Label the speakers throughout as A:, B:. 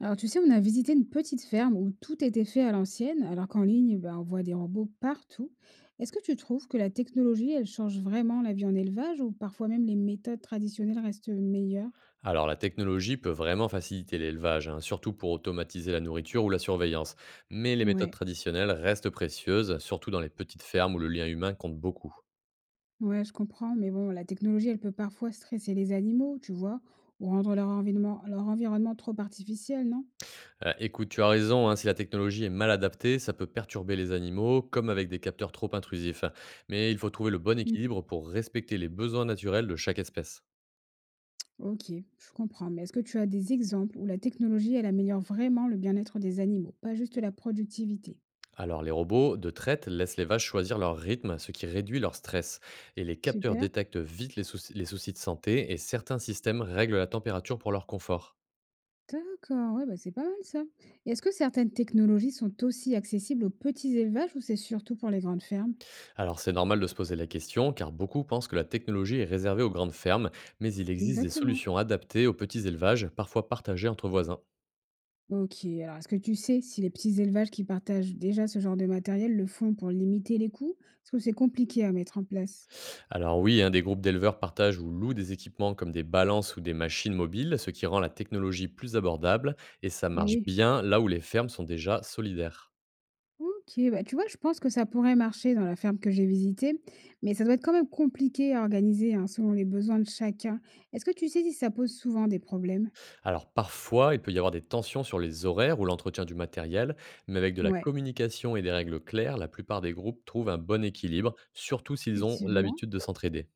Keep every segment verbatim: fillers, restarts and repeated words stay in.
A: Alors, tu sais, on a visité une petite ferme où tout était fait à l'ancienne, alors qu'en ligne, ben, on voit des robots partout. Est-ce que tu trouves que la technologie, elle change vraiment la vie en élevage ou parfois même les méthodes traditionnelles restent meilleures?
B: Alors la technologie peut vraiment faciliter l'élevage, hein, surtout pour automatiser la nourriture ou la surveillance. Mais les méthodes
A: Ouais,
B: traditionnelles restent précieuses, surtout dans les petites fermes où le lien humain compte beaucoup.
A: ouais, je comprends, mais bon, la technologie, elle peut parfois stresser les animaux, tu vois, ou rendre leur environnement, leur environnement trop artificiel, non?
B: Euh, écoute, tu as raison, hein, si la technologie est mal adaptée, ça peut perturber les animaux, comme avec des capteurs trop intrusifs. Mais il faut trouver le bon
A: Mm.
B: équilibre pour respecter les besoins naturels de chaque espèce.
A: Ok, je comprends, mais est-ce que tu as des exemples où la technologie, elle améliore vraiment le bien-être des animaux, pas juste la productivité?
B: Alors, les robots de traite laissent les vaches choisir leur rythme, ce qui réduit leur stress. Et les capteurs
A: Super.
B: détectent vite les soucis, les soucis de santé et certains systèmes règlent la température pour leur confort.
A: D'accord, ouais, bah, c'est pas mal ça. Et est-ce que certaines technologies sont aussi accessibles aux petits élevages ou c'est surtout pour les grandes fermes?
B: Alors, c'est normal de se poser la question, car beaucoup pensent que la technologie est réservée aux grandes fermes, mais il existe des
A: Exactement.
B: solutions adaptées aux petits élevages, parfois partagées entre voisins.
A: Ok, alors est-ce que tu sais si les petits élevages qui partagent déjà ce genre de matériel le font pour limiter les coûts? Parce que c'est compliqué à mettre en place.
B: Alors oui, hein, des groupes d'éleveurs partagent ou louent des équipements comme des balances ou des machines mobiles, ce qui rend la technologie plus abordable, et ça
A: Eh
B: marche
A: oui.
B: bien là où les fermes sont déjà solidaires.
A: Ok, bah tu vois, je pense que ça pourrait marcher dans la ferme que j'ai visitée, mais ça doit être quand même compliqué à organiser hein, selon les besoins de chacun. Est-ce que tu sais si ça pose souvent des problèmes?
B: Alors parfois, il peut y avoir des tensions sur les horaires ou l'entretien du matériel, mais avec de la
A: Ouais,
B: communication et des règles claires, la plupart des groupes trouvent un bon équilibre, surtout s'ils ont
A: effectivement.
B: l'habitude de s'entraider.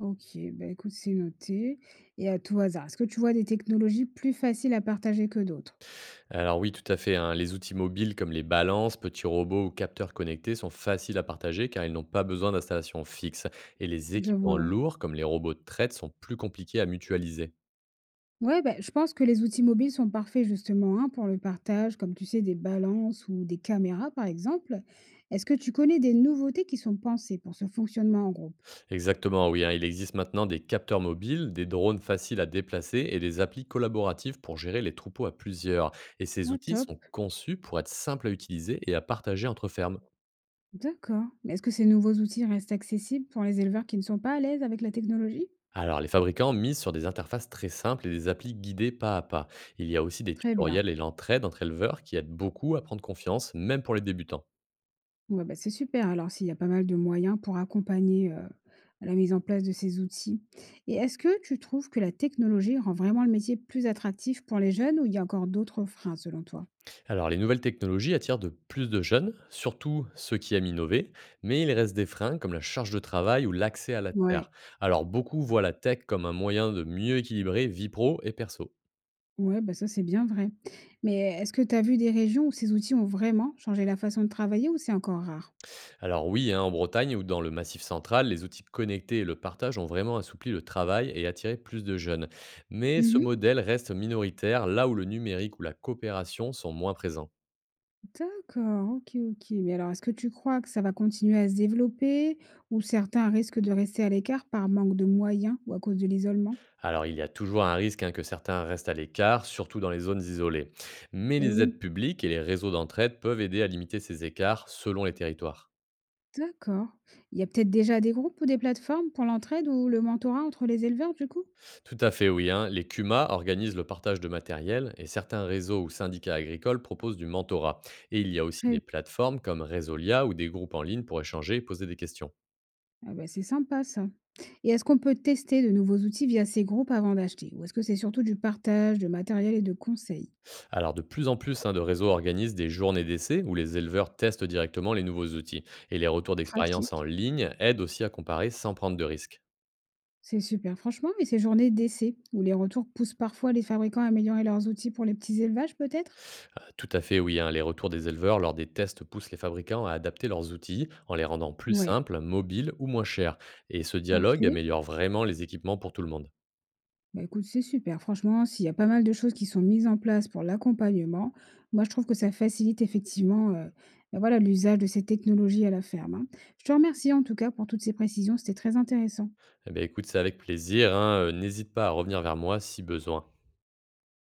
A: OK, bah, écoute, c'est noté et à tout hasard, est-ce que tu vois des technologies plus faciles à partager que d'autres?
B: Alors oui, tout à fait, hein, les outils mobiles comme les balances, petits robots ou capteurs connectés sont faciles à partager car ils n'ont pas besoin d'installation fixe, et les
A: Je
B: équipements
A: vois, ouais.
B: lourds comme les robots de traite sont plus compliqués à mutualiser.
A: Ouais, bah, je pense que les outils mobiles sont parfaits justement, hein, pour le partage, comme tu sais, des balances ou des caméras, par exemple. Est-ce que tu connais des nouveautés qui sont pensées pour ce fonctionnement en groupe?
B: Exactement, oui, hein. Il existe maintenant des capteurs mobiles, des drones faciles à déplacer et des applis collaboratives pour gérer les troupeaux à plusieurs. Et ces
A: Ah,
B: outils
A: top,
B: sont conçus pour être simples à utiliser et à partager entre fermes.
A: d'accord. Mais est-ce que ces nouveaux outils restent accessibles pour les éleveurs qui ne sont pas à l'aise avec la technologie?
B: Alors, les fabricants misent sur des interfaces très simples et des applis guidées pas à pas. Il y a aussi des
A: Très bien.
B: tutoriels et l'entraide entre éleveurs qui aident beaucoup à prendre confiance, même pour les débutants.
A: Ouais, bah, c'est super alors s'il y a pas mal de moyens pour accompagner, heu, la mise en place de ces outils. Et est-ce que tu trouves que la technologie rend vraiment le métier plus attractif pour les jeunes ou il y a encore d'autres freins selon toi?
B: Alors, les nouvelles technologies attirent de plus de jeunes, surtout ceux qui aiment innover, mais il reste des freins comme la charge de travail ou l'accès à la terre.
A: Ouais,
B: Alors, beaucoup voient la tech comme un moyen de mieux équilibrer vie pro et perso.
A: ouais, bah, ça c'est bien vrai. Mais est-ce que tu as vu des régions où ces outils ont vraiment changé la façon de travailler ou c'est encore rare?
B: Alors oui, hein, en Bretagne ou dans le Massif central, les outils connectés et le partage ont vraiment assoupli le travail et attiré plus de jeunes. Mais ce
A: Mmh.
B: modèle reste minoritaire là où le numérique ou la coopération sont moins présents.
A: D'accord, OK, OK. Mais alors est-ce que tu crois que ça va continuer à se développer ou certains risquent de rester à l'écart par manque de moyens ou à cause de l'isolement?
B: Alors, il y a toujours un risque hein, que certains restent à l'écart, surtout dans les zones isolées. Mais
A: Eh
B: les
A: oui.
B: aides publiques et les réseaux d'entraide peuvent aider à limiter ces écarts selon les territoires.
A: D'accord. Il y a peut-être déjà des groupes ou des plateformes pour l'entraide ou le mentorat entre les éleveurs, du coup?
B: Tout à fait, oui, hein, les C U M A organisent le partage de matériel et certains réseaux ou syndicats agricoles proposent du mentorat. Et il y a aussi
A: Très.
B: des plateformes comme Résolia ou des groupes en ligne pour échanger et poser des questions.
A: Ah bah, c'est sympa ça. Et est-ce qu'on peut tester de nouveaux outils via ces groupes avant d'acheter? Ou est-ce que c'est surtout du partage de matériel et de conseils?
B: Alors, de plus en plus hein, de réseaux organisent des journées d'essai où les éleveurs testent directement les nouveaux outils. Et les retours d'expérience en
A: Pratique.
B: ligne aident aussi à comparer sans prendre de risques.
A: C'est super. Franchement, et ces journées d'essai, où les retours poussent parfois les fabricants à améliorer leurs outils pour les petits élevages, peut-être?
B: Euh, tout à fait, oui, hein. Les retours des éleveurs lors des tests poussent les fabricants à adapter leurs outils, en les rendant plus
A: Ouais,
B: simples, mobiles ou moins chers. Et ce dialogue
A: parfait.
B: améliore vraiment les équipements pour tout le monde.
A: Bah, écoute, c'est super. Franchement, s'il y a pas mal de choses qui sont mises en place pour l'accompagnement, moi, je trouve que ça facilite effectivement, heu, bah, voilà, l'usage de ces technologies à la ferme, hein. Je te remercie en tout cas pour toutes ces précisions, c'était très intéressant.
B: Eh bien, écoute, c'est avec plaisir, hein, heu, n'hésite pas à revenir vers moi si besoin.